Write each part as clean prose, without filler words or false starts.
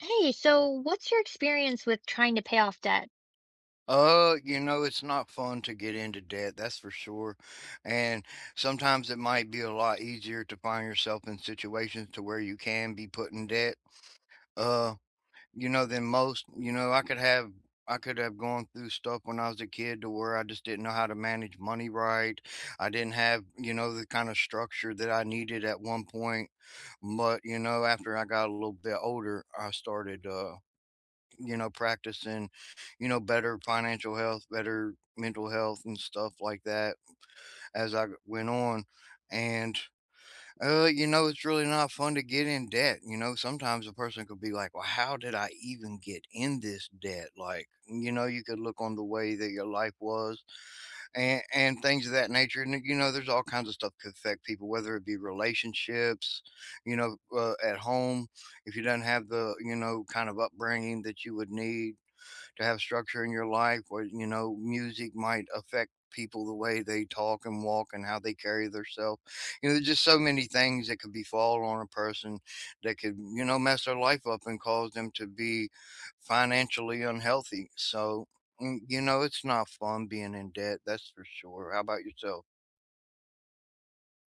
Hey, so what's your experience with trying to pay off debt? You know, it's not fun to get into debt, that's for sure. And sometimes it might be a lot easier to find yourself in situations to where you can be put in debt. Uh, you know, than most, you know, I could have gone through stuff when I was a kid to where I just didn't know how to manage money right. I didn't have, you know, the kind of structure that I needed at one point. But, you know, after I got a little bit older, I started you know, practicing, you know, better financial health, better mental health and stuff like that as I went on. And you know, it's really not fun to get in debt. You know, sometimes a person could be like, well, how did I even get in this debt? Like, you know, you could look on the way that your life was and things of that nature. And you know, there's all kinds of stuff could affect people, whether it be relationships, you know, at home, if you don't have the, you know, kind of upbringing that you would need to have structure in your life where, you know, music might affect people the way they talk and walk and how they carry themselves. You know, there's just so many things that could befall on a person that could, you know, mess their life up and cause them to be financially unhealthy. So, you know, it's not fun being in debt, that's for sure. How about yourself?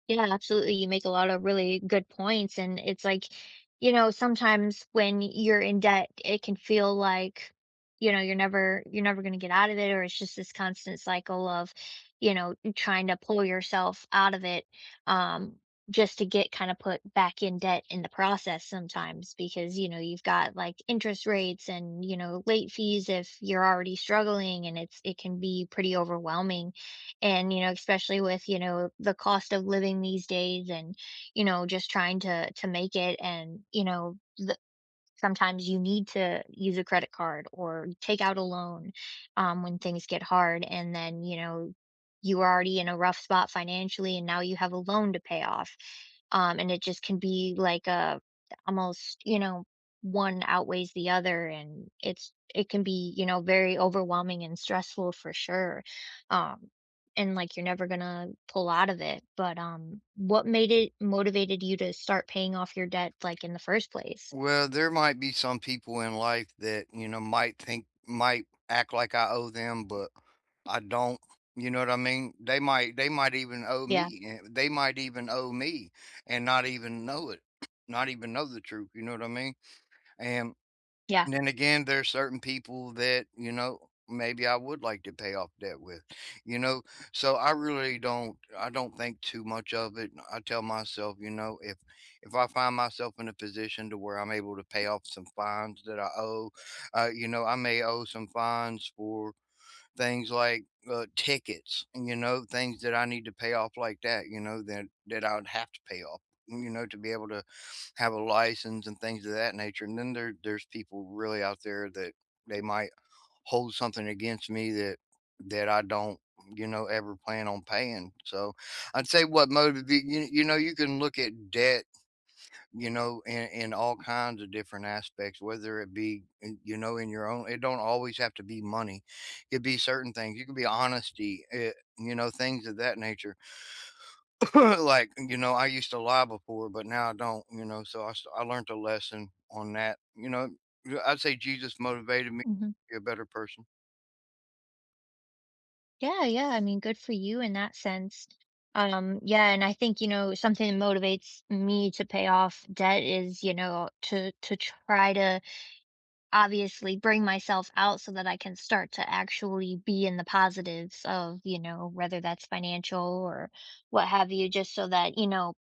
Yeah, absolutely. You make a lot of really good points. And it's like, you know, sometimes when you're in debt, it can feel like, you know, you're never going to get out of it, or it's just this constant cycle of, you know, trying to pull yourself out of it, um, just to get kind of put back in debt in the process sometimes because, you know, you've got like interest rates and, you know, late fees if you're already struggling and it can be pretty overwhelming, and you know, especially with, you know, the cost of living these days, and you know, just trying to make it, and you know, sometimes you need to use a credit card or take out a loan when things get hard. And then, you know, you were already in a rough spot financially, and now you have a loan to pay off, and it just can be like a, almost, you know, one outweighs the other, and it can be, you know, very overwhelming and stressful for sure. um and like you're never gonna pull out of it. But what made it motivated you to start paying off your debt, like, in the first place? Well, there might be some people in life that, you know, might think, might act like I owe them, but I don't. You know what I mean? They might even owe Yeah. me. And They might even owe me and not even know it, not even know the truth. You know what I mean? And Yeah. and then again, there's certain people that, you know, maybe I would like to pay off debt with, you know? So I don't think too much of it. I tell myself, you know, if I find myself in a position to where I'm able to pay off some fines that I owe, you know, I may owe some fines for things like, tickets, you know, things that I need to pay off like that, you know, that I would have to pay off, you know, to be able to have a license and things of that nature, and then there's people really out there that they might hold something against me that I don't, you know, ever plan on paying. So I'd say what motiva you you know, you can look at debt you know, in all kinds of different aspects, whether it be, you know, in your own, it don't always have to be money. It could be certain things. You could be honesty, it, you know, things of that nature. Like, you know, I used to lie before, but now I don't, you know, so I learned a lesson on that. You know, yeah, I'd say Jesus motivated me Mhm. to be a better person. Yeah, yeah, I mean, good for you in that sense. Yeah, and I think, you know, something that motivates me to pay off debt is, you know, to try to obviously bring myself out so that I can start to actually be in the positives of, you know, whether that's financial or what have you, just so that, you know,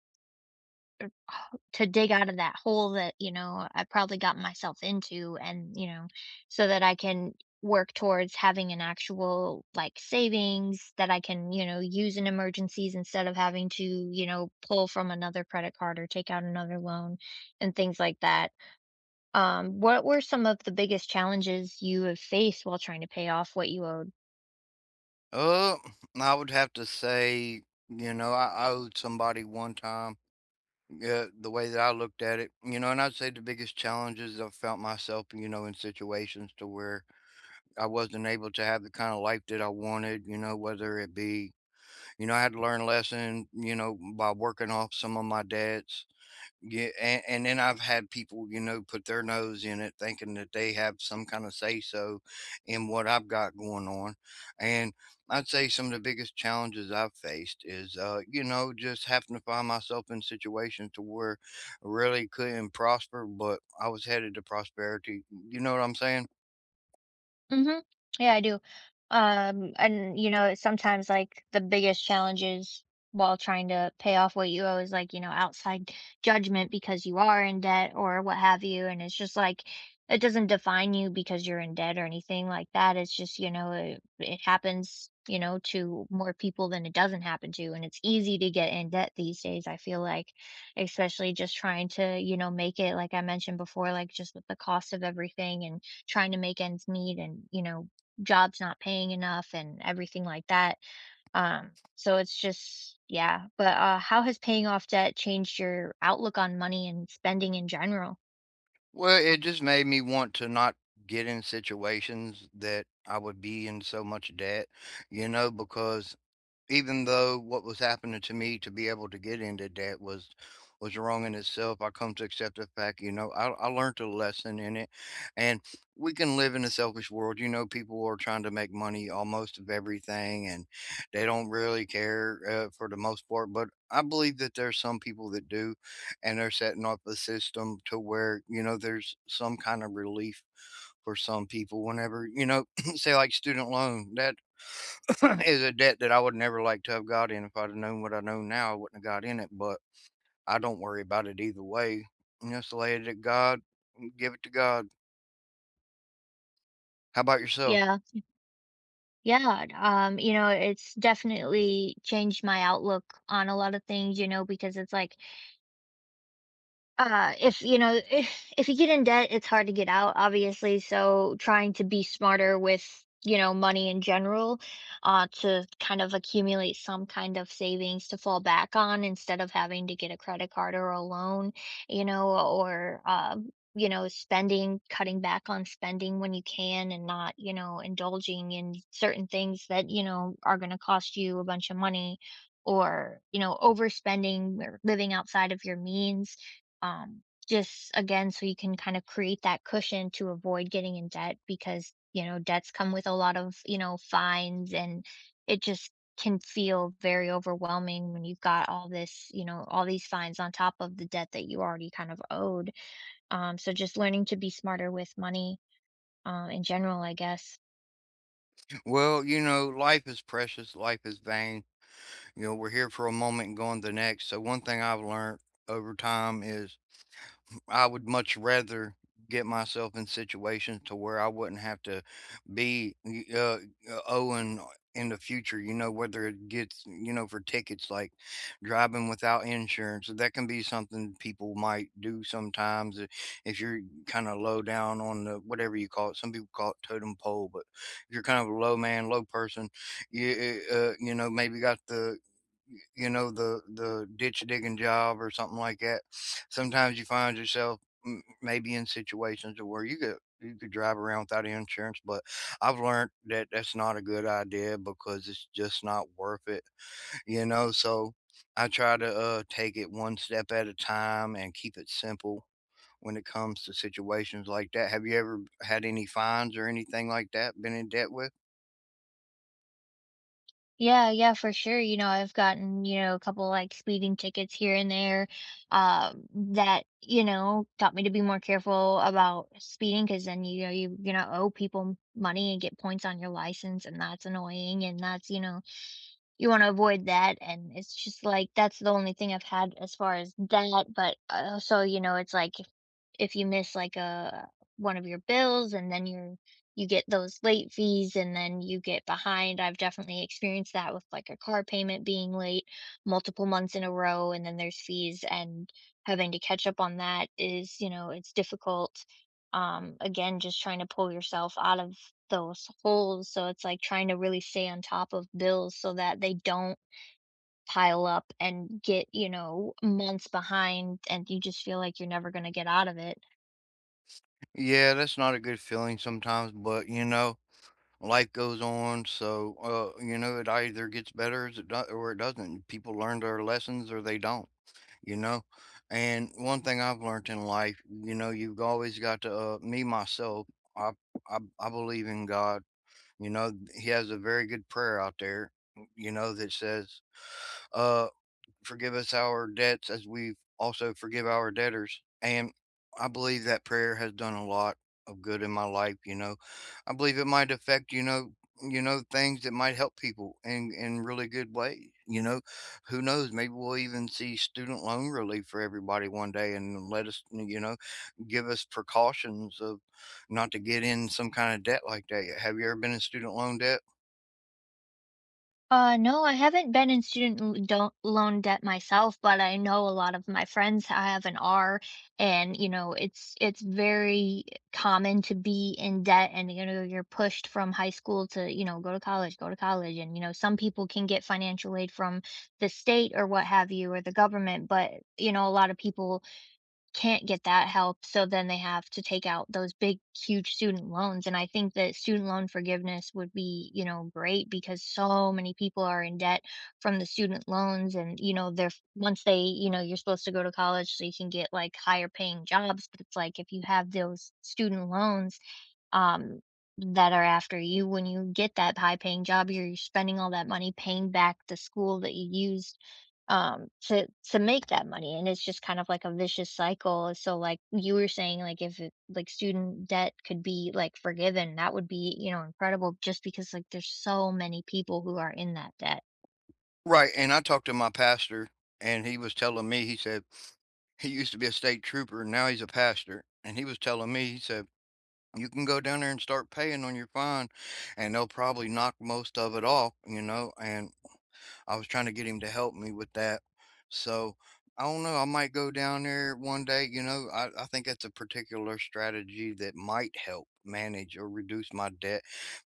to dig out of that hole that, you know, I probably got myself into, and, you know, so that I can work towards having an actual, like, savings that I can, you know, use in emergencies, instead of having to, you know, pull from another credit card or take out another loan and things like that. What were some of the biggest challenges you have faced while trying to pay off what you owed? Uh, I would have to say, you know, I owed somebody one time. Yeah, the way that I looked at it, you know, and I'd say the biggest challenges I've felt myself, you know, in situations to where I wasn't able to have the kind of life that I wanted, you know, whether it be, you know, I had to learn a lesson, you know, by working off some of my debts yeah, and then I've had people, you know, put their nose in it, thinking that they have some kind of say so in what I've got going on. And I'd say some of the biggest challenges I've faced is, you know, just having to find myself in situations to where I really couldn't prosper, but I was headed to prosperity. You know what I'm saying? Mhm. Yeah, I do. And you know, sometimes like the biggest challenges while trying to pay off what you owe is like, you know, outside judgment because you are in debt or what have you. And it's just like, it doesn't define you because you're in debt or anything like that. It's just, you know, it happens, you know, to more people than it doesn't happen to. And it's easy to get in debt these days, I feel like, especially just trying to, you know, make it, like I mentioned before, like just with the cost of everything and trying to make ends meet and, you know, jobs not paying enough and everything like that. So it's just, yeah. But how has paying off debt changed your outlook on money and spending in general? Well, it just made me want to not get in situations that I would be in so much debt, you know, because even though what was happening to me to be able to get into debt was wrong in itself, I come to accept the fact, you know, I learned a lesson in it. And we can live in a selfish world. You know, people are trying to make money almost of everything and they don't really care for the most part. But I believe that there's some people that do and they're setting up a system to where, you know, there's some kind of relief for some people whenever, you know, say like student loan, that is a debt that I would never like to have got in. If I'd have known what I know now, I wouldn't have got in it. But I don't worry about it either way. Just lay it at God, give it to God. How about yourself? Yeah. Yeah, you know, it's definitely changed my outlook on a lot of things, you know, because it's like, if you know, if you get in debt, it's hard to get out, obviously. So trying to be smarter with, you know, money in general, to kind of accumulate some kind of savings to fall back on instead of having to get a credit card or a loan, you know, or you know, spending, cutting back on spending when you can, and not, you know, indulging in certain things that, you know, are going to cost you a bunch of money. Or, you know, overspending or living outside of your means, um, just again so you can kind of create that cushion to avoid getting in debt, because you know debts come with a lot of, you know, fines, and it just can feel very overwhelming when you've got all this, you know, all these fines on top of the debt that you already kind of owed. So just learning to be smarter with money, in general, I guess. Well, you know, life is precious, life is vain. You know, we're here for a moment and gone the next. So one thing I've learned over time is I would much rather get myself in situations to where I wouldn't have to be owing in the future, you know, whether it gets, you know, for tickets like driving without insurance. That can be something people might do sometimes if you're kind of low down on the whatever you call it. Some people call it totem pole, but if you're kind of a low man, low person, you, you know, maybe got the you know, the ditch digging job or something like that. Sometimes you find yourself maybe in situations where you could drive around without insurance, but I've learned that that's not a good idea because it's just not worth it, you know. So I try to take it one step at a time and keep it simple when it comes to situations like that. Have you ever had any fines or anything like that? Been in debt with? Yeah, yeah, for sure. You know, I've gotten, you know, a couple like speeding tickets here and there, um, that, you know, taught me to be more careful about speeding, because then, you know, you're not owe people money and get points on your license, and that's annoying, and that's, you know, you wanna avoid that. And it's just, like, that's the only thing I've had as far as that. But, also, you know, it's like if you miss, like, a one of your bills, and then you're, you get those late fees, and then you get behind. I've definitely experienced that with, like, a car payment being late multiple months in a row, and then there's fees, and having to catch up on that is, you know, it's difficult. Again, just trying to pull yourself out of those holes, so it's like trying to really stay on top of bills so that they don't pile up and get, you know, months behind, and you just feel like you're never gonna get out of it. Yeah, that's not a good feeling sometimes, but you know, life goes on. So, you know, it either gets better as it or it doesn't. People learn their lessons or they don't, you know. And one thing I've learned in life, you know, you've always got to, me myself, I, I believe in God. You know, he has a very good prayer out there, you know, that says, uh, forgive us our debts as we also forgive our debtors. And I believe that prayer has done a lot of good in my life, you know. I believe it might affect, you know, things that might help people in really good ways. You know, who knows? Maybe we'll even see student loan relief for everybody one day, and let us, you know, give us precautions of not to get in some kind of debt like that. Have you ever been in student loan debt? No, I haven't been in student l- don't loan debt myself, but I know a lot of my friends have and are, and you know, it's very common to be in debt. And you know, you're pushed from high school to, you know, go to college, and you know, some people can get financial aid from the state or what have you, or the government, but you know, a lot of people can't get that help, so then they have to take out those big, huge student loans. And I think that student loan forgiveness would be, you know, great, because so many people are in debt from the student loans. And, you know, they're, once they, you know, you're supposed to go to college so you can get, like, higher paying jobs, but it's like if you have those student loans, um, that are after you, when you get that high paying job, you're spending all that money paying back the school that you used to make that money. And it's just kind of like a vicious cycle. So like you were saying, like if it, like student debt could be like forgiven, that would be, you know, incredible, just because like there's so many people who are in that debt. Right, and I talked to my pastor, and he was telling me, he said he used to be a state trooper, and now he's a pastor, and he was telling me, he said, "You can go down there and start paying on your fine, and they'll probably knock most of it off, you know, and I was trying to get him to help me with that. So I don't know. I might go down there one day. I think that's a particular strategy that might help manage or reduce my debt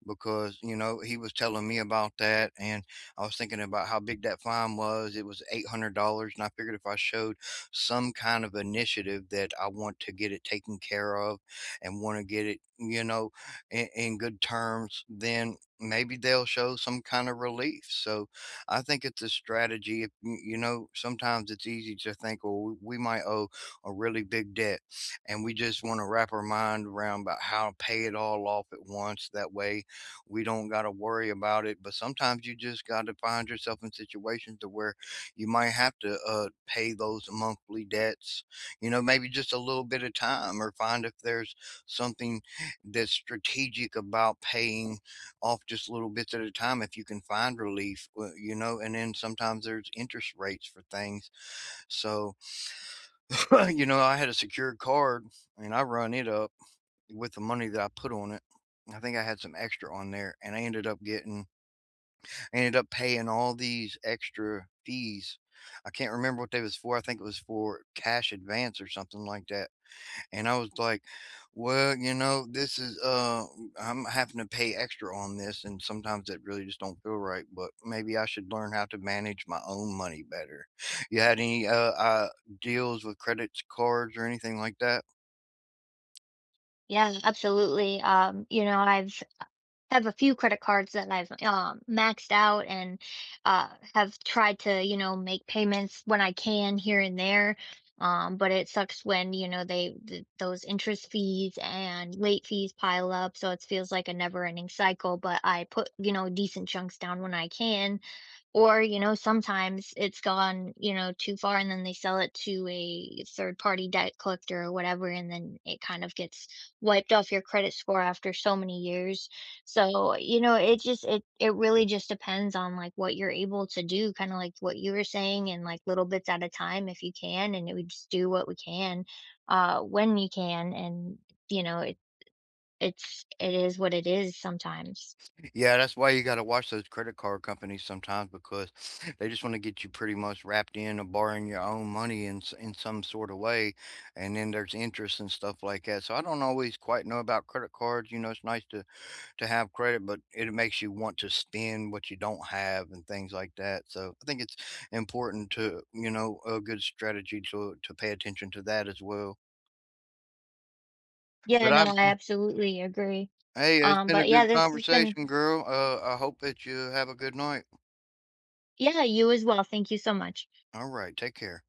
because, you know, he was telling me about that. And I was thinking about how big that fine was. It was $800. And I figured if I showed some kind of initiative that I want to get it taken care of and want to get it, you know, in good terms, then maybe they'll show some kind of relief. So I think it's a strategy. If, y- you know, sometimes it's easy to think, well, we might owe a really big debt, and we just want to wrap our mind around about how to pay it all off at once. That way, we don't got to worry about it. But sometimes you just got to find yourself in situations to where you might have to pay those monthly debts. You know, maybe just a little bit of time, or find if there's something that's strategic about paying off just little bits at a time if you can find relief, you know, and then sometimes there's interest rates for things. So, you know, I had a secured card and I run it up with the money that I put on it. I think I had some extra on there and I ended up paying all these extra fees. I can't remember what they was for. I think it was for cash advance or something like that. And I was like, well, you know, this is I'm having to pay extra on this and sometimes that really just don't feel right, but maybe I should learn how to manage my own money better. You had any deals with credit cards or anything like that? Yeah, absolutely. You know, I've have a few credit cards that I've maxed out, and uh, have tried to, you know, make payments when I can here and there. But it sucks when, you know, those interest fees and late fees pile up. So it feels like a never ending cycle. But I put, you know, decent chunks down when I can, or, you know, sometimes it's gone, you know, too far, and then they sell it to a third party debt collector or whatever, and then it kind of gets wiped off your credit score after so many years. So, you know, it just it really just depends on, like, what you're able to do, kind of like what you were saying, and like little bits at a time if you can. And we just do what we can, when we can, and you know, it is what it is sometimes. Yeah, that's why you got to watch those credit card companies sometimes because they just want to get you pretty much wrapped in or borrowing your own money in some sort of way and then there's interest and stuff like that. So I don't always quite know about credit cards, you know, it's nice to have credit, but it makes you want to spend what you don't have and things like that. So I think it's important to, you know, a good strategy to pay attention to that as well. Yeah, But no, I, I absolutely agree. hey, it's been a But good yeah, this has been, conversation, girl. I hope that you have a good night. yeah, you as well. Thank you so much. All right, take care.